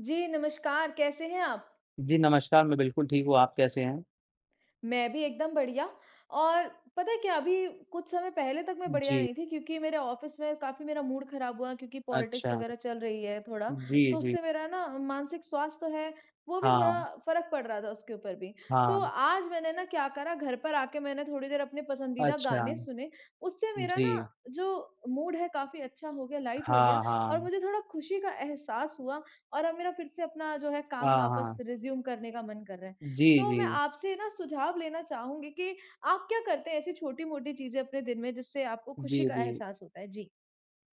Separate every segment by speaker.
Speaker 1: जी, नमस्कार, कैसे हैं आप?
Speaker 2: जी, नमस्कार। मैं बिल्कुल ठीक हूँ, आप कैसे हैं?
Speaker 1: मैं भी एकदम बढ़िया और पता है क्या अभी कुछ समय पहले तक मैं बढ़िया
Speaker 2: जी,
Speaker 1: नहीं थी क्योंकि मेरे ऑफिस में काफी मेरा मूड खराब हुआ क्योंकि पॉलिटिक्स
Speaker 2: अच्छा।
Speaker 1: वगैरह चल रही है थोड़ा।
Speaker 2: जी,
Speaker 1: तो
Speaker 2: जी।
Speaker 1: उससे मेरा ना मानसिक स्वास्थ्य तो है वो भी थोड़ा
Speaker 2: हाँ,
Speaker 1: फर्क पड़ रहा था उसके ऊपर भी। तो
Speaker 2: हाँ।
Speaker 1: आज मैंने ना क्या करा घर पर आके मैंने थोड़ी देर अपने पसंदीदा
Speaker 2: अच्छा।
Speaker 1: गाने सुने उससे मेरा ना
Speaker 2: जी।
Speaker 1: जो मूड है काफी अच्छा हो गया लाइट हो गया
Speaker 2: हाँ,
Speaker 1: और
Speaker 2: हाँ।
Speaker 1: मुझे थोड़ा खुशी का एहसास हुआ और अब मेरा फिर से अपना जो है काम
Speaker 2: हाँ,
Speaker 1: वापस
Speaker 2: हाँ।
Speaker 1: रिज्यूम करने का मन कर रहा है।
Speaker 2: जी,
Speaker 1: तो
Speaker 2: जी।
Speaker 1: मैं आपसे ना सुझाव लेना चाहूँगी कि आप क्या करते हैं ऐसी छोटी-मोटी चीज़ें अपने दिन में जिससे आपको
Speaker 2: जी,
Speaker 1: खुशी का
Speaker 2: जी।
Speaker 1: एहसास होता है? जी।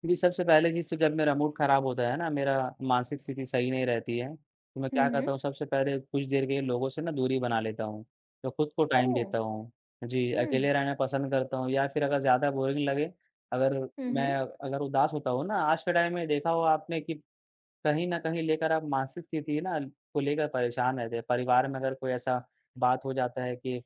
Speaker 2: जी, सबसे पहले चीज़ तो जब मेरा मूड ख़राब होता है ना, मेरा मानसिक स्थिति सही नहीं रहती है, तो मैं क्या
Speaker 1: हुँ, हुँ।
Speaker 2: करता हूँ, सबसे पहले कुछ देर के लिए लोगों से ना दूरी बना लेता हूँ, तो खुद को टाइम
Speaker 1: ओह!
Speaker 2: देता हूँ। जी,
Speaker 1: हुँ।
Speaker 2: अकेले रहना पसंद करता हूँ या फिर अगर ज़्यादा बोरिंग लगे, अगर
Speaker 1: हुँ, हुँ।
Speaker 2: मैं अगर उदास होता हूँ ना, आज के टाइम में देखा होगा आपने कि कहीं न कहीं लेकर आप मानसिक स्थिति ना को लेकर परेशान रहते हैं। परिवार में अगर कोई ऐसा बात हो जाता है कि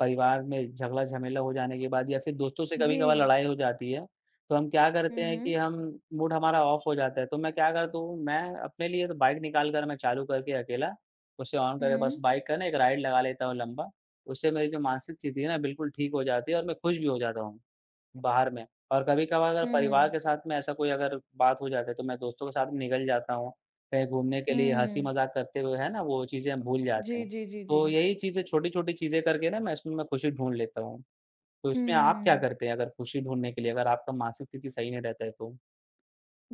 Speaker 2: परिवार में झगड़ा-झमेला हो जाने के बाद या फिर दोस्तों से
Speaker 1: जी।
Speaker 2: कभी-कभार लड़ाई हो जाती है, तो हम क्या करते
Speaker 1: हुँ,
Speaker 2: हैं कि
Speaker 1: हुँ।
Speaker 2: हम मूड हमारा ऑफ हो जाता है। तो मैं क्या करता हूँ, मैं अपने लिए तो बाइक निकाल कर मैं चालू करके अकेला, उसे ऑन करके बस
Speaker 1: हुँ।
Speaker 2: बाइक का ना एक राइड लगा लेता हूँ लंबा। उससे मेरी जो मानसिक स्थिति है ना बिल्कुल ठीक हो जाती है और मैं खुश भी हो जाता हूँ। बाहर में और कभी-कभार अगर परिवार
Speaker 1: हुँ।
Speaker 2: के साथ में ऐसा कोई अगर बात हो जाती है, तो मैं दोस्तों के साथ में निकल जाता हूँ। कहीं घूमने के लिए
Speaker 1: हुँ।
Speaker 2: हँसी-मज़ाक करते हुए, है ना, वो चीज़ें हम भूल
Speaker 1: जी,
Speaker 2: जाते हैं।
Speaker 1: जी, जी, जी।
Speaker 2: तो यही चीज़ें छोटी-छोटी चीज़ें करके ना मैं इसमें मैं खुशी ढूँढ लेता हूँ। तो इसमें आप क्या
Speaker 1: हुँ।
Speaker 2: करते हैं अगर खुशी ढूँढने के लिए अगर आपका मानसिक स्थिति सही नहीं रहता है तो?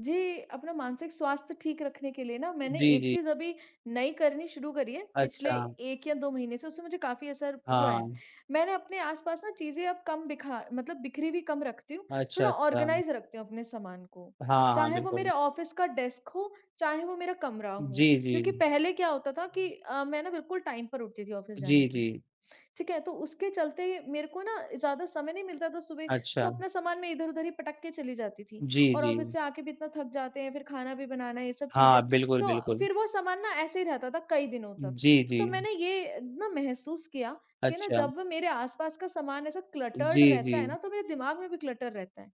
Speaker 1: जी, अपना मानसिक स्वास्थ्य ठीक रखने के लिए ना मैंने
Speaker 2: जी,
Speaker 1: एक
Speaker 2: जी।
Speaker 1: चीज़ अभी नई करनी शुरू करी है, पिछले
Speaker 2: अच्छा।
Speaker 1: 1 या 2 महीने से उससे मुझे काफ़ी असर हुआ है।
Speaker 2: हाँ।
Speaker 1: मैंने अपने आस-पास ना चीज़ें अब कम बिखा मतलब बिखरी हुई कम रखती हूँ,
Speaker 2: अच्छा,
Speaker 1: थोड़ा
Speaker 2: अच्छा।
Speaker 1: ऑर्गनाइज़ रखती हूँ अपने सामान को।
Speaker 2: हाँ, हाँ,
Speaker 1: चाहे वो
Speaker 2: बिल्कुल।
Speaker 1: मेरे ऑफ़िस का डेस्क हो, चाहे वो मेरा कमरा हो।
Speaker 2: जी, जी।
Speaker 1: क्योंकि पहले क्या होता था कि मैं ना बिल्कुल टाइम पर उठती थी ऑफ़िस जाने
Speaker 2: जी, जी।
Speaker 1: के। ठीक है, तो उसके चलते मेरे को ना ज़्यादा समय नहीं मिलता था सुबह,
Speaker 2: अच्छा।
Speaker 1: तो अपना सामान मैं इधर-उधर ही पटक के चली जाती थी
Speaker 2: जी,
Speaker 1: और
Speaker 2: जी।
Speaker 1: ऑफ़िस से आके भी इतना थक जाते हैं, फिर खाना भी बनाना है, ये सब
Speaker 2: हाँ,
Speaker 1: चीज़ें।
Speaker 2: बिल्कुल,
Speaker 1: तो
Speaker 2: बिल्कुल।
Speaker 1: फिर वो सामान ना ऐसे ही रहता था कई दिनों तक।
Speaker 2: जी, जी।
Speaker 1: तो मैंने ये ना महसूस किया कि ना
Speaker 2: अच्छा।
Speaker 1: जब मेरे आस-पास का सामान ऐसा
Speaker 2: जी,
Speaker 1: क्लटर्ड
Speaker 2: जी।
Speaker 1: रहता है ना, तो मेरे दिमाग में भी क्लटर रहता है।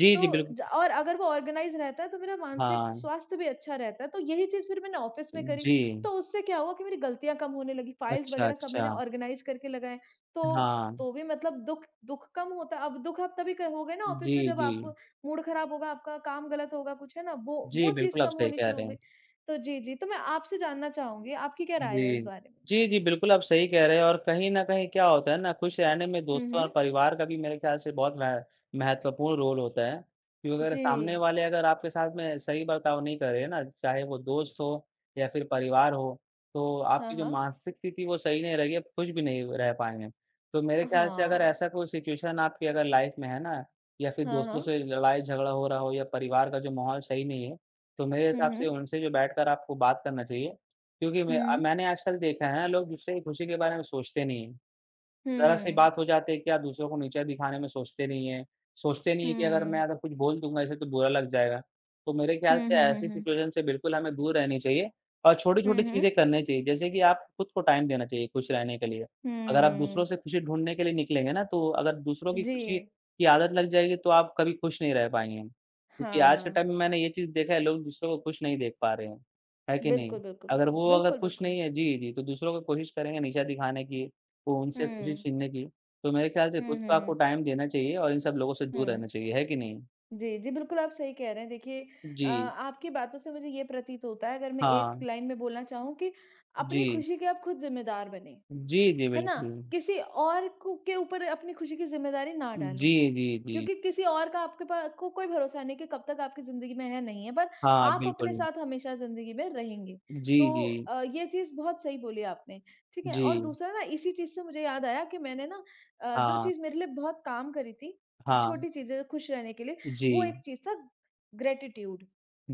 Speaker 2: जी,
Speaker 1: तो
Speaker 2: जी, बिल्कुल।
Speaker 1: ज और अगर वो ऑर्गेनाइज़ रहता है तो मेरा मानसिक
Speaker 2: हाँ,
Speaker 1: स्वास्थ्य भी अच्छा रहता है, तो यही चीज़ फिर मैंने ऑफ़िस में करी,
Speaker 2: जी।
Speaker 1: तो उससे क्या हुआ कि मेरी गलतियाँ कम होने लगी, फ़ाइल्स
Speaker 2: अच्छा,
Speaker 1: वग़ैरह सब मैंने
Speaker 2: अच्छा।
Speaker 1: ऑर्गेनाइज़ करके लगाए, तो
Speaker 2: हाँ।
Speaker 1: तो भी मतलब दुःख दुःख कम होता है। अब दुःख आप तभी क होगे ना ऑफ़िस
Speaker 2: जी,
Speaker 1: में जब
Speaker 2: जी।
Speaker 1: आप मूड ख़राब होगा, आपका काम गलत होगा कुछ, है ना? वो
Speaker 2: जी,
Speaker 1: वो चीज़
Speaker 2: बिल्कुल आप
Speaker 1: कम
Speaker 2: सही
Speaker 1: होनी
Speaker 2: कह
Speaker 1: शुरू हो
Speaker 2: रहे
Speaker 1: गई।
Speaker 2: हैं।
Speaker 1: तो जी, जी, तो मैं आपसे जानना चाहूँगी, आपकी क्या राय है इस
Speaker 2: जी।
Speaker 1: बारे में?
Speaker 2: जी, जी, बिल्कुल आप सही कह रहे हैं और कहीं न कहीं क्या होता है ना, खुश रहने में
Speaker 1: हुँ,
Speaker 2: दोस्तों और
Speaker 1: हुँ।
Speaker 2: परिवार का भी मेरे ख़्याल से बहुत मह महत्वपूर्ण रोल होता है। क्योंकि अगर
Speaker 1: जी।
Speaker 2: सामने वाले अगर आपके साथ में सही बर्ताव नहीं कर रहे हैं ना, चाहे वो दोस्त हो या फिर परिवार हो, तो
Speaker 1: हाँ,
Speaker 2: आपकी जो
Speaker 1: हाँ।
Speaker 2: मानसिक स्थिति वो सही नहीं रहेगी, आप खुश भी नहीं रह पाएँगे। तो मेरे ख़्याल से अगर
Speaker 1: हाँ।
Speaker 2: ऐसा कोई सिचुएशन आपकी अगर लाइफ़ में है ना, या फिर
Speaker 1: हाँ,
Speaker 2: दोस्तों
Speaker 1: हाँ।
Speaker 2: से लड़ाई-झगड़ा हो रहा हो या परिवार का जो माहौल सही नहीं है, तो मेरे
Speaker 1: हुँ,
Speaker 2: हिसाब
Speaker 1: हुँ।
Speaker 2: से उनसे जो बैठकर आपको बात करना चाहिए क्योंकि
Speaker 1: हुँ।
Speaker 2: मैंने आजकल देखा है ना लोग दूसरे की खुशी के बारे में सोचते नहीं ज़रा-सी
Speaker 1: हुँ।
Speaker 2: बात हो जाती है कि आप दूसरों को नीचा दिखाने में सोचते नहीं हैं। सोचते नहीं है कि अगर मैं
Speaker 1: हुँ।
Speaker 2: अगर कुछ बोल दूँगा इसे तो बुरा लग जाएगा। तो मेरे ख्याल
Speaker 1: हुँ,
Speaker 2: से
Speaker 1: हुँ, हुँ,
Speaker 2: ऐसी
Speaker 1: हुँ।
Speaker 2: सिचुएशन से बिल्कुल हमें दूर रहनी चाहिए और छोटी-छोटी
Speaker 1: हुँ,
Speaker 2: चीज़ें
Speaker 1: हुँ।
Speaker 2: करनी चाहिए। जैसे कि आप खुद को टाइम देना चाहिए खुश रहने के लिए। अगर आप दूसरों
Speaker 1: हुँ।
Speaker 2: से खुशी ढूँढने के लिए निकलेंगे ना, तो अगर दूसरों की
Speaker 1: जी।
Speaker 2: खुशी की आदत लग जाएगी तो आप कभी खुश नहीं रह पाएँगे। क्योंकि आज के
Speaker 1: हाँ।
Speaker 2: टाइम में मैंने ये चीज़ देखा है लोग दूसरों को खुश नहीं देख पा रहे हैं। है कि नहीं?
Speaker 1: बिल्कुल, बिल्कुल,
Speaker 2: अगर
Speaker 1: बिल्कुल।
Speaker 2: वो अगर
Speaker 1: बिल्कुल,
Speaker 2: खुश
Speaker 1: बिल्कुल।
Speaker 2: नहीं है जी, जी, तो दूसरों को कोशिश करेंगे नीचा दिखाने की। फ़ोन से खुशी
Speaker 1: हुँ।
Speaker 2: छीनने की, तो मेरे ख़्याल से
Speaker 1: हुँ,
Speaker 2: खुद को
Speaker 1: हुँ,
Speaker 2: आपको
Speaker 1: हुँ।
Speaker 2: टाइम देना चाहिए और इन सब लोगों से दूर रहना
Speaker 1: हुँ।
Speaker 2: चाहिए, है कि नहीं?
Speaker 1: जी, जी, बिल्कुल आप सही कह रहे हैं। देखिए
Speaker 2: जी,
Speaker 1: आपकी बातों से मुझे ये प्रतीत होता है अगर मैं एक
Speaker 2: हाँ,
Speaker 1: लाइन में बोलना चाहूँ कि
Speaker 2: जी।
Speaker 1: अपनी खुशी के आप खुद ज़िम्मेदार बनें,
Speaker 2: जी, जी,
Speaker 1: है ना?
Speaker 2: बिल्कुल।
Speaker 1: किसी और को के ऊपर अपनी खुशी की ज़िम्मेदारी ना
Speaker 2: जी,
Speaker 1: डालें।
Speaker 2: जी, जी।
Speaker 1: क्योंकि किसी और का आपके पास को कोई भरोसा नहीं कि कब तक आपकी ज़िंदगी में है, नहीं है, पर
Speaker 2: हाँ,
Speaker 1: आप अपने
Speaker 2: बिल्कुल।
Speaker 1: साथ हमेशा ज़िंदगी में रहेंगे।
Speaker 2: जी,
Speaker 1: तो
Speaker 2: जी,
Speaker 1: ये चीज़ बहुत सही बोली आपने, ठीक है?
Speaker 2: जी।
Speaker 1: और दूसरा ना इसी चीज़ से मुझे याद आया कि मैंने ना जो
Speaker 2: हाँ,
Speaker 1: चीज़ मेरे लिए बहुत काम करी थी,
Speaker 2: हाँ।
Speaker 1: छोटी चीज़ें खुश रहने के लिए,
Speaker 2: जी।
Speaker 1: वो एक चीज़ था ग्रैटिट्यूड।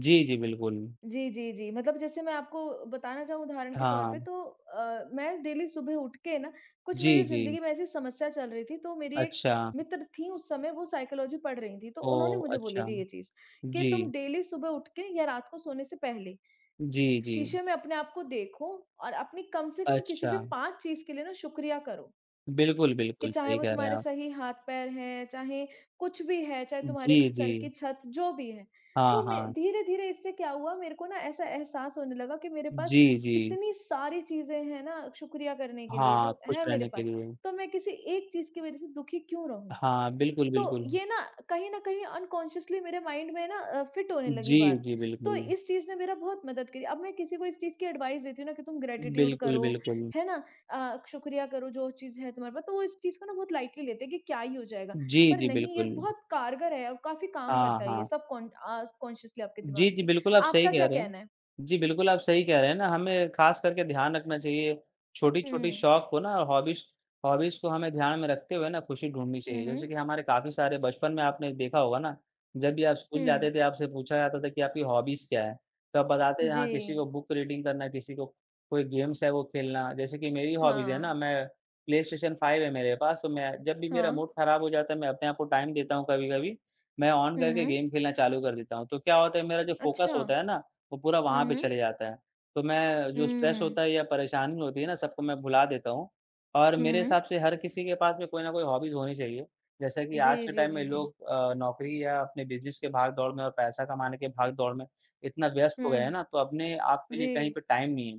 Speaker 2: जी, जी, बिल्कुल।
Speaker 1: जी, जी, जी। मतलब जैसे मैं आपको बताना चाहूँ उदाहरण के तौर पे
Speaker 2: हाँ।
Speaker 1: तो मैं डेली सुबह उठ के ना कुछ
Speaker 2: जी,
Speaker 1: मेरी
Speaker 2: जी।
Speaker 1: ज़िंदगी में ऐसी समस्या चल रही थी तो मेरी एक
Speaker 2: अच्छा।
Speaker 1: मित्र थी उस समय वो साइकोलॉजी पढ़ रही थी तो उन्होंने
Speaker 2: ओह!
Speaker 1: मुझे बोली
Speaker 2: अच्छा।
Speaker 1: थी ये चीज़ कि
Speaker 2: जी।
Speaker 1: तुम डेली सुबह उठ के या रात को सोने से पहले
Speaker 2: जी, जी।
Speaker 1: शीशे में अपने आप को देखो और अपनी कम से कम किसी
Speaker 2: अच्छा।
Speaker 1: भी 5 चीज़ के लिए ना शुक्रिया करो।
Speaker 2: बिल्कुल,
Speaker 1: कि
Speaker 2: बिल्कुल,
Speaker 1: चाहे
Speaker 2: सही
Speaker 1: वो
Speaker 2: कह रहे हैं
Speaker 1: तुम्हारे
Speaker 2: आप।
Speaker 1: सही हाथ-पैर हैं, चाहे कुछ भी है, चाहे
Speaker 2: जी,
Speaker 1: तुम्हारे घ
Speaker 2: जी।
Speaker 1: सर की छत, जो भी है।
Speaker 2: हाँ,
Speaker 1: तो मैं
Speaker 2: हाँ।
Speaker 1: धीरे-धीरे इससे क्या हुआ मेरे को ना ऐसा एहसास होने लगा कि मेरे पास
Speaker 2: जी, जी।
Speaker 1: कितनी सारी चीज़ें हैं ना शुक्रिया करने के लिए
Speaker 2: हाँ,
Speaker 1: जो
Speaker 2: खुश
Speaker 1: है मेरे
Speaker 2: रहने के
Speaker 1: पास,
Speaker 2: लिए।
Speaker 1: तो मैं किसी एक चीज़ की वज़ह से दुखी क्यों रहूँ?
Speaker 2: हाँ, बिल्कुल,
Speaker 1: तो
Speaker 2: बिल्कुल।
Speaker 1: ये ना कहीं न कहीं अनकॉन्शियसली मेरे माइंड में ना फिट होने लगी
Speaker 2: जी,
Speaker 1: बात।
Speaker 2: जी,
Speaker 1: तो
Speaker 2: बिल्कुल।
Speaker 1: इस चीज़ ने मेरा बहुत मदद करी। अब मैं किसी को इस चीज़ की एडवाइस देती हूँ ना कि तुम ग्रैटिट्यूड
Speaker 2: बिल्कुल,
Speaker 1: करो,
Speaker 2: बिल्कुल।
Speaker 1: है ना? शुक्रिया करो जो चीज़ है तुम्हारे पास, तो वो इस चीज़ को ना बहुत लाइटली लेते हैं कि क्या ही हो जाएगा।
Speaker 2: जी,
Speaker 1: पर
Speaker 2: जी,
Speaker 1: नहीं, ये
Speaker 2: बिल्कुल।
Speaker 1: बहुत कारगर है और काफ़ी काम
Speaker 2: हाँ,
Speaker 1: करता है ये
Speaker 2: हाँ।
Speaker 1: सब कॉन्शियसली आपके
Speaker 2: जी,
Speaker 1: दिमाग
Speaker 2: जी,
Speaker 1: पे।
Speaker 2: बिल्कुल आप सही
Speaker 1: आपका
Speaker 2: कह
Speaker 1: क्या
Speaker 2: रहे हैं।
Speaker 1: कहना है?
Speaker 2: जी, बिल्कुल आप सही कह रहे हैं ना, हमें ख़ास करके ध्यान रखना चाहिए, छोटी-छोटी
Speaker 1: हुँ।
Speaker 2: शौक को ना और हॉबीज़ हॉबीज़ को हमें ध्यान में रखते हुए ना खुशी ढूँढनी
Speaker 1: हुँ,
Speaker 2: चाहिए। जैसे
Speaker 1: हुँ।
Speaker 2: कि हमारे काफ़ी सारे बचपन में आपने देखा होगा ना, जब भी आप स्कूल
Speaker 1: हुँ।
Speaker 2: जाते थे आपसे पूछा जाता था कि आपकी हॉबीज़ क्या है? तो आप बताते थे
Speaker 1: जी।
Speaker 2: हाँ, किसी को बुक रीडिंग करना, किसी को कोई गेम्स है वो खेलना। जैसे कि मेरी हॉबीज़ है ना,
Speaker 1: हाँ।
Speaker 2: मैं प्लेस्टेशन 5 है मेरे पास तो मैं जब भी मेरा
Speaker 1: हाँ।
Speaker 2: मूड ख़राब हो जाता है, मैं अपने आप को टाइम देता हूँ कभी-कभी मैं ऑन
Speaker 1: हुँ,
Speaker 2: करके
Speaker 1: हुँ।
Speaker 2: गेम खेलना चालू कर देता हूँ, तो क्या होता है मेरा जो फ़ोकस
Speaker 1: अच्छा।
Speaker 2: होता है ना, वो पूरा वहाँ
Speaker 1: हुँ,
Speaker 2: पे
Speaker 1: हुँ।
Speaker 2: चले जाता है। तो मैं जो स्ट्रेस
Speaker 1: हुँ।
Speaker 2: होता है या परेशानी होती है ना, सबको मैं भुला देता हूँ और मेरे
Speaker 1: हुँ।
Speaker 2: हिसाब से हर किसी के पास में कोई ना कोई हॉबीज़ होनी चाहिए। जैसे कि
Speaker 1: जी,
Speaker 2: आज के
Speaker 1: जी,
Speaker 2: टाइम में
Speaker 1: जी, जी।
Speaker 2: लोग नौकरी या अपने बिज़नेस के भाग-दौड़ में और पैसा कमाने के भाग-दौड़ में इतना व्यस्त हो गए हैं
Speaker 1: हुँ।
Speaker 2: ना, तो अपने आप के लिए
Speaker 1: जी।
Speaker 2: कहीं पे टाइम नहीं है।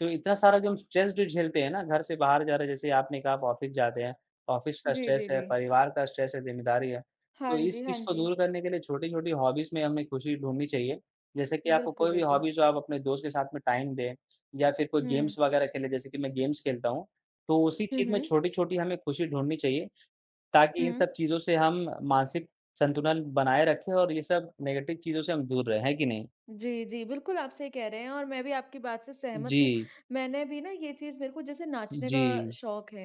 Speaker 2: तो इतना सारा जो हम स्ट्रेस जो झेलते हैं ना, घर से बाहर जा रहे हैं, जैसे आपने कहा आप ऑफ़िस जाते हैं, ऑफ़िस का
Speaker 1: जी,
Speaker 2: स्ट्रेस
Speaker 1: जी,
Speaker 2: है,
Speaker 1: जी।
Speaker 2: परिवार का स्ट्रेस है, ज़िम्मेदारी है। तो
Speaker 1: हाँ
Speaker 2: इस
Speaker 1: जी, हाँ
Speaker 2: चीज़ को
Speaker 1: जी।
Speaker 2: दूर करने के लिए छोटी-छोटी हॉबीज़ में हमें खुशी ढूँढनी चाहिए। जैसे कि आपको
Speaker 1: बिल्कुल,
Speaker 2: कोई भी
Speaker 1: बिल्कुल।
Speaker 2: हॉबी जो आप अपने दोस्त के साथ में टाइम दें या फिर कोई
Speaker 1: हुँ।
Speaker 2: गेम्स वगैरह खेलें, जैसे कि मैं गेम्स खेलता हूँ। तो उसी
Speaker 1: हुँ,
Speaker 2: चीज़ में
Speaker 1: हुँ।
Speaker 2: छोटी-छोटी हमें खुशी ढूँढनी चाहिए, ताकि
Speaker 1: हुँ।
Speaker 2: इन सब चीज़ों से हम मानसिक संतुलन बनाए रखें और ये सब नेगेटिव चीज़ों से हम दूर रहें, है कि नहीं?
Speaker 1: जी, जी। बिल्कुल, आप सही कह रहे हैं और मैं भी आपकी बात से सहमत हूँ।
Speaker 2: जी,
Speaker 1: मैंने भी ना ये चीज़ मेरे को जैसे नाचने
Speaker 2: जी।
Speaker 1: का शौक है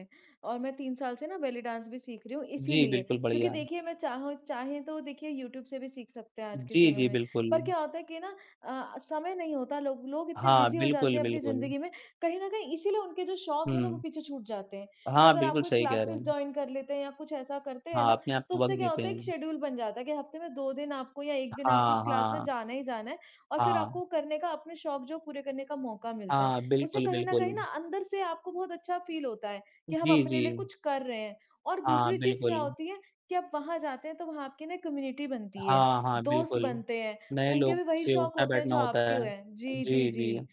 Speaker 1: और मैं 3 साल से ना बेली डांस भी सीख रही हूँ
Speaker 2: जी,
Speaker 1: इसीलिए।
Speaker 2: बिल्कुल
Speaker 1: क्योंकि
Speaker 2: बढ़िया।
Speaker 1: देखिए मैं चाहूँ चाहें तो देखिए यूट्यूब से भी सीख सकते हैं आज के
Speaker 2: जी,
Speaker 1: समय
Speaker 2: जी,
Speaker 1: में।
Speaker 2: बिल्कुल।
Speaker 1: पर क्या होता है कि ना समय नहीं होता लोग लोग इतने
Speaker 2: हाँ,
Speaker 1: बिज़ी हो जाते
Speaker 2: बिल्कुल,
Speaker 1: हैं अपनी
Speaker 2: बिल्कुल।
Speaker 1: ज़िंदगी में, कहीं न कहीं इसीलिए उनके जो शौक है ना वो
Speaker 2: हुँ।
Speaker 1: पीछे छूट जाते हैं। तो
Speaker 2: हाँ,
Speaker 1: अगर आप
Speaker 2: बिल्कुल
Speaker 1: कोई
Speaker 2: सही कह रहे
Speaker 1: क्लासेस
Speaker 2: हैं।
Speaker 1: जॉइन कर लेते हैं या कुछ ऐसा करते हैं
Speaker 2: हाँ,
Speaker 1: ना,
Speaker 2: अपने आप
Speaker 1: तो
Speaker 2: को वक़्त
Speaker 1: उससे क्या
Speaker 2: देते
Speaker 1: होता है एक
Speaker 2: हैं।
Speaker 1: शेड्यूल बन जाता है कि हफ़्ते में 2 दिन आपको या 1 दिन आपको उस
Speaker 2: हाँ,
Speaker 1: क्लास में
Speaker 2: हाँ,
Speaker 1: जाना ही जाना है। और फिर
Speaker 2: हाँ।
Speaker 1: आपको करने का अपने शौक जो पूरे करने का मौका मिलता है।
Speaker 2: हाँ,
Speaker 1: उससे
Speaker 2: बिल्कुल,
Speaker 1: कहीं न
Speaker 2: बिल्कुल।
Speaker 1: कहीं ना अंदर से आपको बहुत अच्छा फ़ील होता है कि हम
Speaker 2: जी, जी।
Speaker 1: अपने लिए कुछ कर रहे हैं। और
Speaker 2: हाँ,
Speaker 1: दूसरी चीज़ क्या
Speaker 2: बिल्कुल।
Speaker 1: होती है कि आप वहाँ जाते हैं तो वहाँ आपकी ना कम्युनिटी बनती है,
Speaker 2: हाँ, हाँ,
Speaker 1: दोस्त
Speaker 2: बिल्कुल।
Speaker 1: बनते हैं,
Speaker 2: नए
Speaker 1: उनके
Speaker 2: लोग
Speaker 1: भी वही
Speaker 2: से
Speaker 1: शौक होते हैं
Speaker 2: उठना-बैठना
Speaker 1: जो
Speaker 2: होता
Speaker 1: आपके
Speaker 2: है।
Speaker 1: हुए हैं। जी, जी,
Speaker 2: जी, जी।
Speaker 1: जी।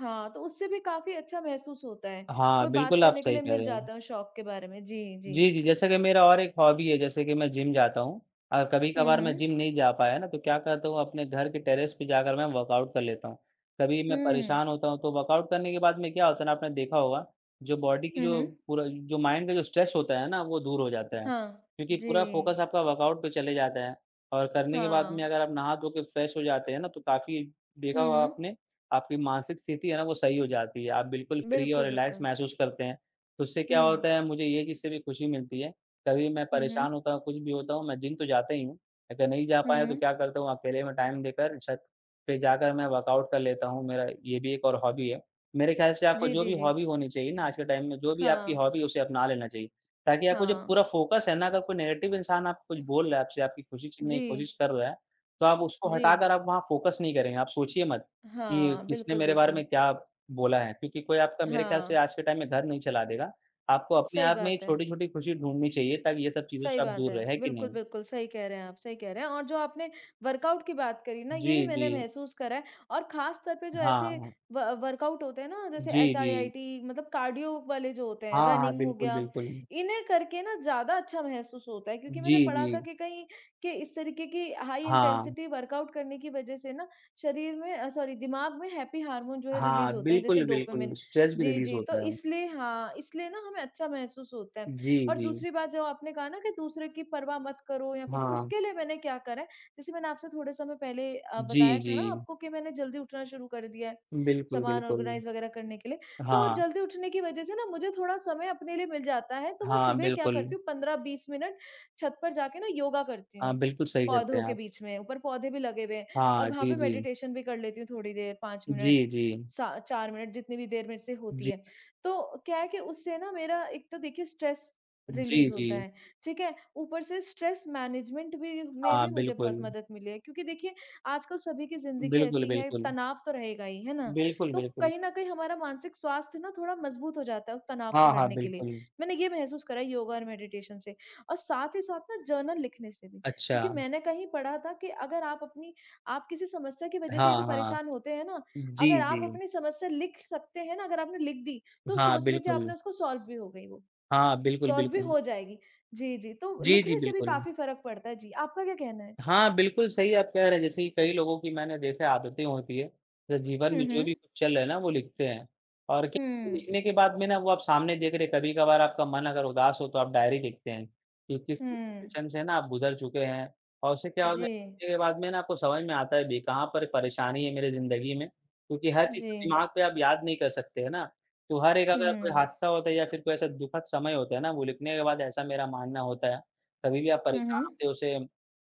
Speaker 1: हाँ, तो उससे भी काफ़ी अच्छा महसूस होता है।
Speaker 2: हाँ,
Speaker 1: कोई बात
Speaker 2: बिल्कुल आप
Speaker 1: करने के
Speaker 2: सही
Speaker 1: लिए
Speaker 2: कह
Speaker 1: मिल
Speaker 2: रहे हैं।
Speaker 1: जाता है उस शौक के बारे में। जी,
Speaker 2: जी,
Speaker 1: जी।
Speaker 2: जी। जैसे कि मेरा और एक हॉबी है, जैसे कि मैं जिम जाता हूँ और
Speaker 1: हुँ,
Speaker 2: कभी-कभार मैं
Speaker 1: हुँ।
Speaker 2: जिम नहीं जा पाया ना, तो क्या करता हूँ अपने घर के टेरेस पे जाकर मैं वर्कआउट कर लेता हूँ। कभी मैं
Speaker 1: हुँ।
Speaker 2: परेशान होता हूँ तो वर्कआउट करने के बाद में क्या होता है ना, आपने देखा होगा जो बॉडी की
Speaker 1: हुँ,
Speaker 2: जो
Speaker 1: हुँ।
Speaker 2: पूरा जो माइंड का जो स्ट्रेस होता है ना, वो दूर हो जाता है।
Speaker 1: हाँ।
Speaker 2: क्योंकि पूरा
Speaker 1: जी।
Speaker 2: फ़ोकस आपका वर्कआउट पे चले जाता है और करने के बाद में
Speaker 1: हाँ।
Speaker 2: अगर आप नहा धो के फ्रेश हो जाते हैं ना, तो काफ़ी देखा
Speaker 1: हुँ,
Speaker 2: होगा
Speaker 1: हुँ।
Speaker 2: आपने, आपकी मानसिक स्थिति है ना, वो सही हो जाती है। आप बिल्कुल फ्री और
Speaker 1: बिल्कुल,
Speaker 2: रिलैक्स
Speaker 1: बिल्कुल।
Speaker 2: महसूस करते हैं। तो उससे क्या
Speaker 1: हुँ।
Speaker 2: होता है मुझे ये किस्से भी खुशी मिलती है। कभी मैं
Speaker 1: हुँ, हुँ।
Speaker 2: परेशान होता हूँ, कुछ भी होता हूँ, मैं जिम तो जाता ही हूँ। अगर नहीं जा पाया तो
Speaker 1: हुँ।
Speaker 2: क्या करता हूँ अकेले में टाइम देकर छत पे जाकर मैं वर्कआउट कर लेता हूँ। मेरा ये भी एक और हॉबी है। मेरे ख़्याल से आपको
Speaker 1: जी,
Speaker 2: जो
Speaker 1: जी,
Speaker 2: भी
Speaker 1: जी।
Speaker 2: हॉबी होनी चाहिए ना आज के टाइम में जो भी आपकी
Speaker 1: हाँ,
Speaker 2: हॉबी है उसे अपना लेना चाहिए। ताकि आपको जो
Speaker 1: हाँ।
Speaker 2: पूरा फ़ोकस है ना अगर कोई नेगेटिव इंसान आपको कुछ बोल रहा है आपसे, आपकी खुशी छीनने की
Speaker 1: जी,
Speaker 2: कोशिश कर रहा है, तो आप उसको
Speaker 1: जी।
Speaker 2: हटाकर आप वहाँ फ़ोकस नहीं करेंगे। आप सोचिए मत कि
Speaker 1: हाँ,
Speaker 2: किसने
Speaker 1: बिल्कुल,
Speaker 2: मेरे बारे
Speaker 1: बिल्कुल।
Speaker 2: में क्या बोला है, क्योंकि कोई आपका मेरे ख़्याल से
Speaker 1: हाँ,
Speaker 2: आज के टाइम में घर नहीं चला देगा। आपको अपने
Speaker 1: सही
Speaker 2: आप में
Speaker 1: बात है।
Speaker 2: छोटी-छोटी खुशी ढूँढनी चाहिए ताकि ये सब चीज़ों
Speaker 1: सही
Speaker 2: से आप
Speaker 1: बात
Speaker 2: दूर
Speaker 1: है।
Speaker 2: रहें, है कि
Speaker 1: बिल्कुल,
Speaker 2: नहीं?
Speaker 1: बिल्कुल, सही कह रहे हैं आप, सही कह रहे हैं और जो आपने वर्कआउट की बात करी ना, ये
Speaker 2: जी,
Speaker 1: भी
Speaker 2: जी।
Speaker 1: मैंने महसूस करा है और ख़ास तौर पे जो ऐसे
Speaker 2: हाँ।
Speaker 1: व वर्कआउट होते हैं ना, जैसे
Speaker 2: जी, जी।
Speaker 1: एचआईआईटी मतलब कार्डियो वाले जो होते हैं,
Speaker 2: हाँ, हाँ,
Speaker 1: रनिंग हो
Speaker 2: बिल्कुल,
Speaker 1: गया,
Speaker 2: बिल्कुल।
Speaker 1: इन्हें करके ना ज़्यादा अच्छा महसूस होता है क्योंकि
Speaker 2: जी,
Speaker 1: मैंने
Speaker 2: जी।
Speaker 1: पढ़ा था कि कहीं कि इस तरीके की हाई
Speaker 2: हाँ।
Speaker 1: इंटेंसिटी वर्कआउट करने की वज़ह से ना सॉरी दिमाग में हैप्पी हार्मोन जो है रिलीज़
Speaker 2: हाँ,
Speaker 1: होते हैं, जैसे
Speaker 2: बिल्कुल, बिल्कुल।
Speaker 1: डोपामाइन।
Speaker 2: स्ट्रेस भी
Speaker 1: जी,
Speaker 2: रिलीज़
Speaker 1: जी, तो
Speaker 2: होता है।
Speaker 1: इसलिए हाँ, इसलिए ना हमें अच्छा महसूस होता है।
Speaker 2: जी,
Speaker 1: और
Speaker 2: जी।
Speaker 1: दूसरी बात जो आपने कहा ना कि दूसरे की परवाह मत करो या कुछ,
Speaker 2: हाँ।
Speaker 1: उसके लिए मैंने क्या करा है, जैसे मैंने आपसे थोड़े समय पहले
Speaker 2: जी,
Speaker 1: बताया था
Speaker 2: जी।
Speaker 1: ना आपको कि मैंने जल्दी उठना शुरू कर दिया है,
Speaker 2: बिल्कुल,
Speaker 1: सामान
Speaker 2: बिल्कुल।
Speaker 1: ऑर्गनाइज़ वगैरह करने के लिए। तो
Speaker 2: हाँ।
Speaker 1: जल्दी उठने की वजह से ना मुझे थोड़ा समय अपने लिए मिल जाता है, तो मैं
Speaker 2: हाँ,
Speaker 1: सुबह क्या
Speaker 2: बिल्कुल।
Speaker 1: करती हूँ 15-20 मिनट छत पर जाके ना योगा करती
Speaker 2: हाँ,
Speaker 1: हूँ,
Speaker 2: बिल्कुल सही करते
Speaker 1: पौधों
Speaker 2: हैं
Speaker 1: के
Speaker 2: आप।
Speaker 1: बीच में, ऊपर पौधे भी लगे हुए हैं और
Speaker 2: हाँ,
Speaker 1: वहाँ
Speaker 2: जी,
Speaker 1: पे
Speaker 2: जी।
Speaker 1: मेडिटेशन भी कर लेती हूँ थोड़ी देर 5
Speaker 2: जी,
Speaker 1: मिनट,
Speaker 2: जी।
Speaker 1: सा 4 मिनट जितनी भी देर मेरे से होती
Speaker 2: जी।
Speaker 1: है। तो क्या है कि उससे ना मेरा एक तो देखिए स्ट्रेस
Speaker 2: जी,
Speaker 1: रिलीज़
Speaker 2: जी।
Speaker 1: होता है, ठीक है? ऊपर से स्ट्रेस मैनेजमेंट भी में
Speaker 2: हाँ,
Speaker 1: भी मुझे बहुत
Speaker 2: बिल्कुल।
Speaker 1: मदद मिली है क्योंकि देखिए आजकल सभी की ज़िंदगी
Speaker 2: बिल्कुल,
Speaker 1: ऐसी है,
Speaker 2: बिल्कुल।
Speaker 1: तनाव तो रहेगा ही, है ना?
Speaker 2: बिल्कुल,
Speaker 1: तो
Speaker 2: बिल्कुल।
Speaker 1: कहीं न कहीं हमारा मानसिक स्वास्थ्य ना थोड़ा मजबूत हो जाता है उस तनाव से
Speaker 2: हाँ, हाँ,
Speaker 1: लड़ने के लिए।
Speaker 2: बिल्कुल।
Speaker 1: मैंने ये महसूस करा है योगा और मेडिटेशन से और साथ ही साथ ना जर्नल लिखने से भी
Speaker 2: अच्छा,
Speaker 1: क्योंकि मैंने कहीं पढ़ा था कि अगर आप अपनी आप किसी समस्या की वज़ह से ही तो
Speaker 2: हाँ, हाँ।
Speaker 1: परेशान होते हैं ना,
Speaker 2: जी,
Speaker 1: अगर आप
Speaker 2: जी।
Speaker 1: अपनी समस्या लिख सकते हैं ना, अगर आपने लिख दी, तो
Speaker 2: हाँ,
Speaker 1: सोच लीजिए
Speaker 2: बिल्कुल।
Speaker 1: आपने उसको सॉल्व भी हो गई वो।
Speaker 2: हाँ, बिल्कुल,
Speaker 1: सॉल्व भी
Speaker 2: बिल्कुल।
Speaker 1: हो जाएगी। जी, जी, तो
Speaker 2: जी, जी,
Speaker 1: लिखने से भी
Speaker 2: बिल्कुल।
Speaker 1: काफ़ी फ़र्क पड़ता है। जी, आपका क्या कहना है?
Speaker 2: हाँ, बिल्कुल सही आप कह रहे हैं। जैसे कि कई लोगों की मैंने देखा है आदतें होती है, जो जीवन में
Speaker 1: हुँ,
Speaker 2: जो
Speaker 1: हुँ।
Speaker 2: भी कुछ चल रहा है ना वो लिखते हैं और क्या
Speaker 1: हुँ,
Speaker 2: लिखने के बाद में ना वो आप सामने देख रहे हैं, कभी-कभार आपका मन अगर उदास हो तो आप डायरी लिखते हैं, कि किस-किस
Speaker 1: हुँ।
Speaker 2: सिचुएशन से ना आप गुज़र चुके हैं और उससे क्या होता है
Speaker 1: जी,
Speaker 2: लिखने के बाद में ना आपको समझ में आता है भी कहाँ पर परेशानी है मेरी ज़िंदगी में, क्योंकि हर चीज़
Speaker 1: जी।
Speaker 2: को दिमाग पे आप याद नहीं कर सकते है ना। तो हर एक अगर कोई
Speaker 1: हुँ।
Speaker 2: हादसा होता है या फिर कोई ऐसा दुखद समय होता है ना, वो लिखने के बाद ऐसा मेरा मानना होता है, कभी भी आप
Speaker 1: हुँ,
Speaker 2: परेशान
Speaker 1: हुँ।
Speaker 2: होते हो उसे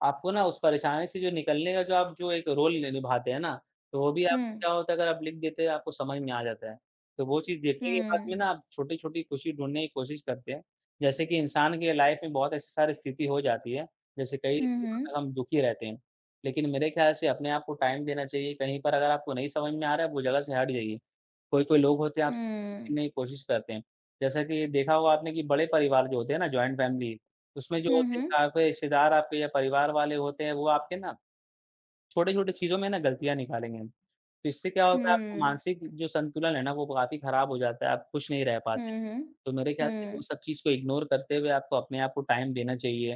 Speaker 2: आपको ना उस परेशानी से जो निकलने का जो आप जो एक रोल नि निभाते हैं ना, तो वो भी आपको
Speaker 1: हुँ,
Speaker 2: क्या होता है अगर आप लिख देते हैं आपको समझ में आ जाता है। तो वो चीज़ देखने के बाद में
Speaker 1: हुँ।
Speaker 2: ना आप छोटी-छोटी खुशी ढूँढने की कोशिश करते हैं। जैसे कि इंसान के लाइफ़ में बहुत ऐसी सारी स्थिति हो जाती है, जैसे कई
Speaker 1: हुँ,
Speaker 2: दिनों
Speaker 1: हुँ।
Speaker 2: तक हम दुखी रहते हैं। लेकिन मेरे ख़्याल से अपने आप को टाइम देना चाहिए, कहीं पर अगर आपको नहीं समझ में आ रहा है, वो जगह से हट जाइए। कोई-कोई लोग होते हैं आपसे खुद
Speaker 1: हुँ।
Speaker 2: सीखने की कोशिश करते हैं। जैसा कि देखा होगा आपने कि बड़े परिवार जो होते हैं ना जॉइंट फैमिली, उसमें जो
Speaker 1: हुँ,
Speaker 2: होते
Speaker 1: हुँ।
Speaker 2: हैं आपके रिश्तेदार आपके या परिवार वाले होते हैं वो आपके ना छोटे-छोटे चीज़ों में ना गलतियाँ निकालेंगे। तो इससे क्या होता है आपको
Speaker 1: हुँ।
Speaker 2: मानसिक जो संतुलन है ना वो काफ़ी खराब हो जाता है, आप खुश नहीं रह पाते।
Speaker 1: हुँ, हुँ।
Speaker 2: तो मेरे ख्याल से वो
Speaker 1: हुँ।
Speaker 2: सब चीज़ को इग्नोर करते हुए आपको अपने आप को टाइम देना चाहिए।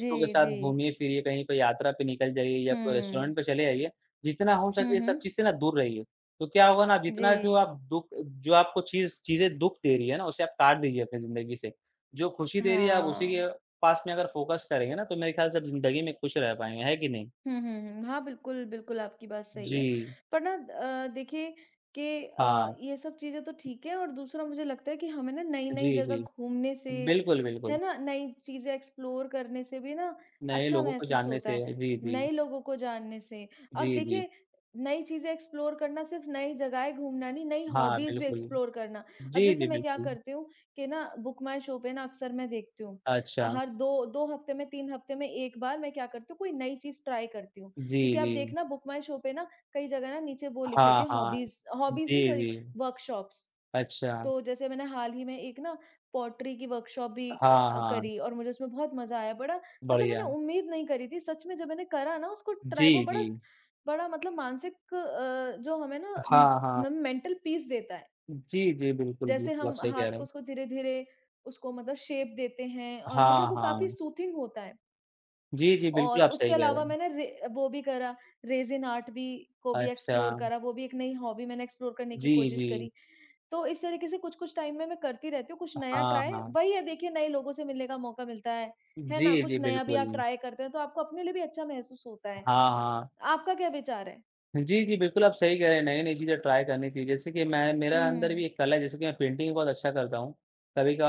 Speaker 1: जी,
Speaker 2: के साथ
Speaker 1: जी।
Speaker 2: घूमिए-फिरिए कहीं पे यात्रा पे निकल जाइए या कोई
Speaker 1: हुँ।
Speaker 2: रेस्टोरेंट पे चले आइए। जितना हो सके
Speaker 1: हुँ,
Speaker 2: ये सब
Speaker 1: हुँ।
Speaker 2: चीज़ से ना दूर रहिए। तो क्या होगा ना
Speaker 1: जी,
Speaker 2: जितना जो आप दुःख जो आपको चीज़ें दुःख दे रही है ना उसे आप काट दीजिए अपनी ज़िंदगी से। जो खुशी दे रही है आप उसी
Speaker 1: हाँ।
Speaker 2: के पास में अगर फ़ोकस करेंगे ना तो मेरे ख्याल से आप ज़िंदगी में खुश रह पाएँगे, है कि नहीं?
Speaker 1: हुँ, हुँ, हुँ। हाँ, बिल्कुल, बिल्कुल आपकी बात सही है।
Speaker 2: जी।
Speaker 1: पर ना देखिए कि
Speaker 2: हाँ।
Speaker 1: ये सब चीज़ें तो ठीक है और दूसरा मुझे लगता है कि हमें ना
Speaker 2: जी,
Speaker 1: नई-नई जगह
Speaker 2: जी।
Speaker 1: घूमने से,
Speaker 2: बिल्कुल, बिल्कुल।
Speaker 1: है ना? नई चीज़ें एक्सप्लोर करने से भी ना
Speaker 2: नए
Speaker 1: अच्छा
Speaker 2: लोगों को
Speaker 1: महसूस
Speaker 2: जानने
Speaker 1: होता
Speaker 2: से
Speaker 1: है,
Speaker 2: जी, जी।
Speaker 1: नए लोगों को जानने से।
Speaker 2: जी,
Speaker 1: और
Speaker 2: जी।
Speaker 1: देखिए नई चीज़ें एक्सप्लोर करना सिर्फ़ नई जगहें घूमना नहीं, नई
Speaker 2: हाँ,
Speaker 1: हॉबीज़ भी
Speaker 2: बिल्कुल।
Speaker 1: एक्सप्लोर करना। अब
Speaker 2: जी,
Speaker 1: जैसे
Speaker 2: जी,
Speaker 1: मैं क्या
Speaker 2: बिल्कुल।
Speaker 1: करती हूँ कि ना बुक माय शो पे ना अक्सर मैं देखती हूँ
Speaker 2: अच्छा,
Speaker 1: हर 2 हफ्ते में 3 हफ्ते में 1 बार मैं क्या करती हूँ, कोई नई चीज़ ट्राई करती हूँ।
Speaker 2: जी,
Speaker 1: क्योंकि आप
Speaker 2: जी।
Speaker 1: देखना बुक माई शो पे ना कई जगह ना नीचे वो लिखी होती
Speaker 2: हाँ,
Speaker 1: है
Speaker 2: हाँ।
Speaker 1: हॉबीज़ हॉबीज़ नहीं
Speaker 2: जी,
Speaker 1: सॉरी
Speaker 2: जी।
Speaker 1: वर्कशॉप्स।
Speaker 2: अच्छा।
Speaker 1: तो जैसे मैंने हाल ही में एक ना पॉटरी की वर्कशॉप भी
Speaker 2: हाँ, हाँ,
Speaker 1: करी और मुझे उसमें बहुत मज़ा आया। बड़ा मतलब मैंने
Speaker 2: बढ़िया।
Speaker 1: उम्मीद नहीं करी थी। सच में जब मैंने करा ना उसको
Speaker 2: जी,
Speaker 1: ट्राई वो
Speaker 2: जी।
Speaker 1: बड़ा मतलब मानसिक जो हमें ना उम,
Speaker 2: हाँ, हाँ।
Speaker 1: म मेंटल पीस देता है।
Speaker 2: जी, जी, बिल्कुल,
Speaker 1: जैसे
Speaker 2: बिल्कुल, आप
Speaker 1: हम
Speaker 2: सही
Speaker 1: हाथ
Speaker 2: कह रहे
Speaker 1: को
Speaker 2: हैं।
Speaker 1: उसको धीरे-धीरे उसको मतलब शेप देते हैं और
Speaker 2: हाँ,
Speaker 1: मतलब वो काफ़ी
Speaker 2: हाँ।
Speaker 1: सूथिंग होता है।
Speaker 2: जी, जी, बिल्कुल,
Speaker 1: और
Speaker 2: आप
Speaker 1: उसके
Speaker 2: सही कह
Speaker 1: अलावा
Speaker 2: रहे हैं।
Speaker 1: मैंने रे वो भी करा रेज़िन आर्ट भी को भी
Speaker 2: अच्छा।
Speaker 1: एक्सप्लोर करा, वो भी एक नई हॉबी मैंने एक्सप्लोर करने की
Speaker 2: जी,
Speaker 1: कोशिश
Speaker 2: जी।
Speaker 1: करी। तो इस तरीके से कुछ-कुछ टाइम में मैं करती रहती हूँ, कुछ नया
Speaker 2: हाँ,
Speaker 1: ट्राई
Speaker 2: हाँ।
Speaker 1: वही है देखिए नए लोगों से मिलने का मौका मिलता है
Speaker 2: जी,
Speaker 1: ना?
Speaker 2: जी,
Speaker 1: कुछ नया भी
Speaker 2: बिल्कुल।
Speaker 1: आप ट्राई करते हैं तो आपको अपने लिए भी अच्छा महसूस होता है।
Speaker 2: हाँ, हाँ।
Speaker 1: आपका क्या विचार है?
Speaker 2: जी, जी, बिल्कुल आप सही कह रहे हैं, नई-नई चीज़ें ट्राई करनी चाहिए, जैसे कि मैं मेरा अंदर
Speaker 1: हुँ।
Speaker 2: भी एक कला है, जैसे कि मैं पेंटिंग बहुत अच्छा करता हूँ।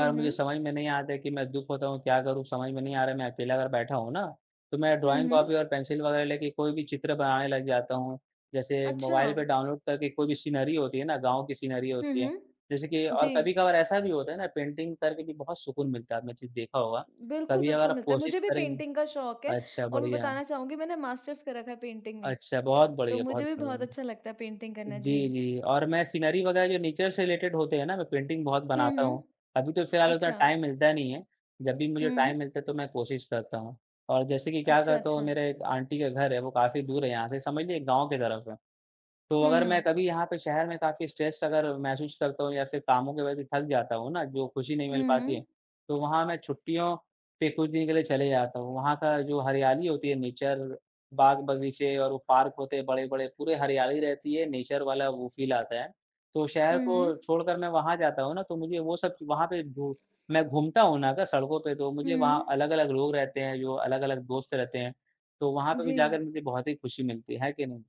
Speaker 1: हुँ,
Speaker 2: मुझे
Speaker 1: हुँ।
Speaker 2: समझ में नहीं आता है कि मैं दुःख होता हूँ, क्या करूँ समझ में नहीं आ रहा है, मैं अकेला अगर बैठा हूँ ना, तो मैं
Speaker 1: हुँ,
Speaker 2: ड्राइंग
Speaker 1: हुँ।
Speaker 2: कॉपी और पेंसिल वगैरह लेके कोई भी चित्र बनाने लग जाता हूँ। जैसे
Speaker 1: अच्छा।
Speaker 2: मोबाइल पे डाउनलोड करके कोई भी सीनरी होती है ना, गाँव की सीनरी
Speaker 1: हुँ,
Speaker 2: होती है,
Speaker 1: हुँ।
Speaker 2: जैसे कि और
Speaker 1: जी।
Speaker 2: कभी-कभार ऐसा भी होता है ना, पेंटिंग करके भी बहुत सुकून मिलता है, आपने चीज़ देखा होगा।
Speaker 1: बिल्कुल,
Speaker 2: कभी अगर
Speaker 1: बिल्कुल
Speaker 2: आप
Speaker 1: मिलता है।
Speaker 2: कोशिश
Speaker 1: मुझे भी
Speaker 2: करेंगे
Speaker 1: पेंटिंग का शौक है
Speaker 2: अच्छा,
Speaker 1: और मैं
Speaker 2: बढ़िया।
Speaker 1: बताना चाहूँगी मैंने मास्टर्स कर रखा है पेंटिंग में।
Speaker 2: अच्छा, बहुत
Speaker 1: तो
Speaker 2: बढ़िया,
Speaker 1: मुझे
Speaker 2: बहुत
Speaker 1: भी
Speaker 2: बढ़िया।
Speaker 1: बहुत अच्छा लगता है पेंटिंग करना। जी।
Speaker 2: जी, जी। और मैं सीनरी वगैरह जो नेचर से रिलेटेड होते हैं ना, मैं पेंटिंग बहुत
Speaker 1: हुँ,
Speaker 2: बनाता
Speaker 1: हुँ।
Speaker 2: हूँ। अभी तो फिलहाल उतना
Speaker 1: अच्छा।
Speaker 2: टाइम मिलता नहीं है, जब भी मुझे
Speaker 1: हुँ।
Speaker 2: टाइम मिलता है तो मैं कोशिश करता हूँ। और जैसे कि क्या
Speaker 1: अच्छा,
Speaker 2: करता हूँ
Speaker 1: अच्छा।
Speaker 2: मेरे एक आंटी का घर है, वो काफ़ी दूर है यहाँ से, समझ लीजिए गाँव की तरफ है। तो
Speaker 1: हुँ,
Speaker 2: अगर मैं
Speaker 1: हुँ।
Speaker 2: कभी यहाँ पे शहर में काफ़ी स्ट्रेस अगर महसूस करता हूँ या फिर कामों की वजह से थक जाता हूँ ना, जो खुशी नहीं मिल
Speaker 1: हुँ,
Speaker 2: पाती है,
Speaker 1: हुँ।
Speaker 2: तो वहाँ मैं छुट्टियों पे कुछ दिन के लिए चले जाता हूँ। वहाँ का जो हरियाली होती है, नेचर, बाग-बगीचे और वो पार्क होते हैं बड़े-बड़े, पूरे हरियाली रहती है, नेचर वाला वो फ़ील आता है। तो शहर
Speaker 1: हुँ,
Speaker 2: को
Speaker 1: हुँ।
Speaker 2: छोड़कर मैं वहाँ जाता हूँ ना, तो मुझे वो सब वहाँ पे घू मैं घूमता हूँ ना अगर सड़कों पे, तो मुझे वहाँ
Speaker 1: हुँ।
Speaker 2: अलग-अलग लोग रहते हैं, जो अलग-अलग दोस्त रहते हैं। तो वहाँ पे भी
Speaker 1: जी।
Speaker 2: जाकर मुझे बहुत ही खुशी मिलती है कि नहीं?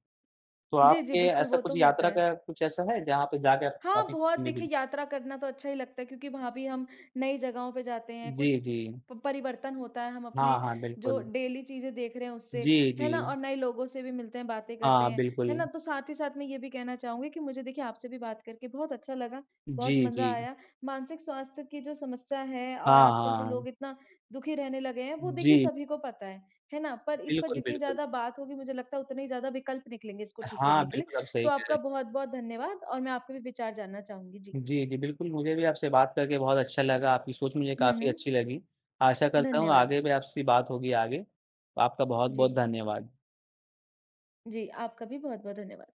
Speaker 2: तो
Speaker 1: जी, जी,
Speaker 2: आपके
Speaker 1: बिल्कुल
Speaker 2: ऐसा
Speaker 1: वो तो
Speaker 2: कुछ
Speaker 1: होता
Speaker 2: यात्रा
Speaker 1: है।
Speaker 2: का कुछ ऐसा है जहाँ पे जाके आपको
Speaker 1: हाँ,
Speaker 2: काफ़ी
Speaker 1: बहुत
Speaker 2: खुशी मिली?
Speaker 1: देखिए यात्रा करना तो अच्छा ही लगता है क्योंकि वहाँ भी हम नई जगहों पे जाते हैं,
Speaker 2: जी,
Speaker 1: कुछ
Speaker 2: जी।
Speaker 1: प परिवर्तन होता है, हम
Speaker 2: हाँ,
Speaker 1: अपने
Speaker 2: हाँ,
Speaker 1: जो
Speaker 2: बिल्कुल।
Speaker 1: डेली चीज़ें देख रहे हैं उससे,
Speaker 2: जी, जी।
Speaker 1: है ना? और नए लोगों से भी मिलते हैं, बातें करते
Speaker 2: हाँ,
Speaker 1: हैं,
Speaker 2: बिल्कुल।
Speaker 1: है ना? तो साथ ही साथ मैं ये भी कहना चाहूँगी कि मुझे देखिए आपसे भी बात करके बहुत अच्छा लगा,
Speaker 2: जी,
Speaker 1: बहुत
Speaker 2: जी।
Speaker 1: मज़ा आया। मानसिक स्वास्थ्य की जो समस्या है और
Speaker 2: हाँ,
Speaker 1: आजकल जो
Speaker 2: हाँ।
Speaker 1: लोग इतना दुखी रहने लगे हैं, वो देखिए
Speaker 2: जी,
Speaker 1: सभी को पता है ना? पर इस पर
Speaker 2: बिल्कुल,
Speaker 1: जितनी
Speaker 2: बिल्कुल।
Speaker 1: ज़्यादा बात होगी मुझे लगता है उतने ही ज़्यादा विकल्प निकलेंगे इसको ठीक
Speaker 2: हाँ,
Speaker 1: करने के लिए।
Speaker 2: बिल्कुल आप सही
Speaker 1: तो
Speaker 2: कह रहे
Speaker 1: आपका
Speaker 2: हैं।
Speaker 1: बहुत-बहुत धन्यवाद और मैं आपके भी विचार जानना चाहूँगी। जी।
Speaker 2: जी, जी, बिल्कुल मुझे भी आपसे बात करके बहुत अच्छा लगा, आपकी सोच मुझे
Speaker 1: हुँ,
Speaker 2: काफ़ी
Speaker 1: हुँ।
Speaker 2: अच्छी लगी। आशा करता हूँ
Speaker 1: धन्यवाद।
Speaker 2: आगे भी आपसे बात होगी आगे। आपका बहुत-बहुत
Speaker 1: जी,
Speaker 2: धन्यवाद।
Speaker 1: जी, आपका भी बहुत-बहुत धन्यवाद।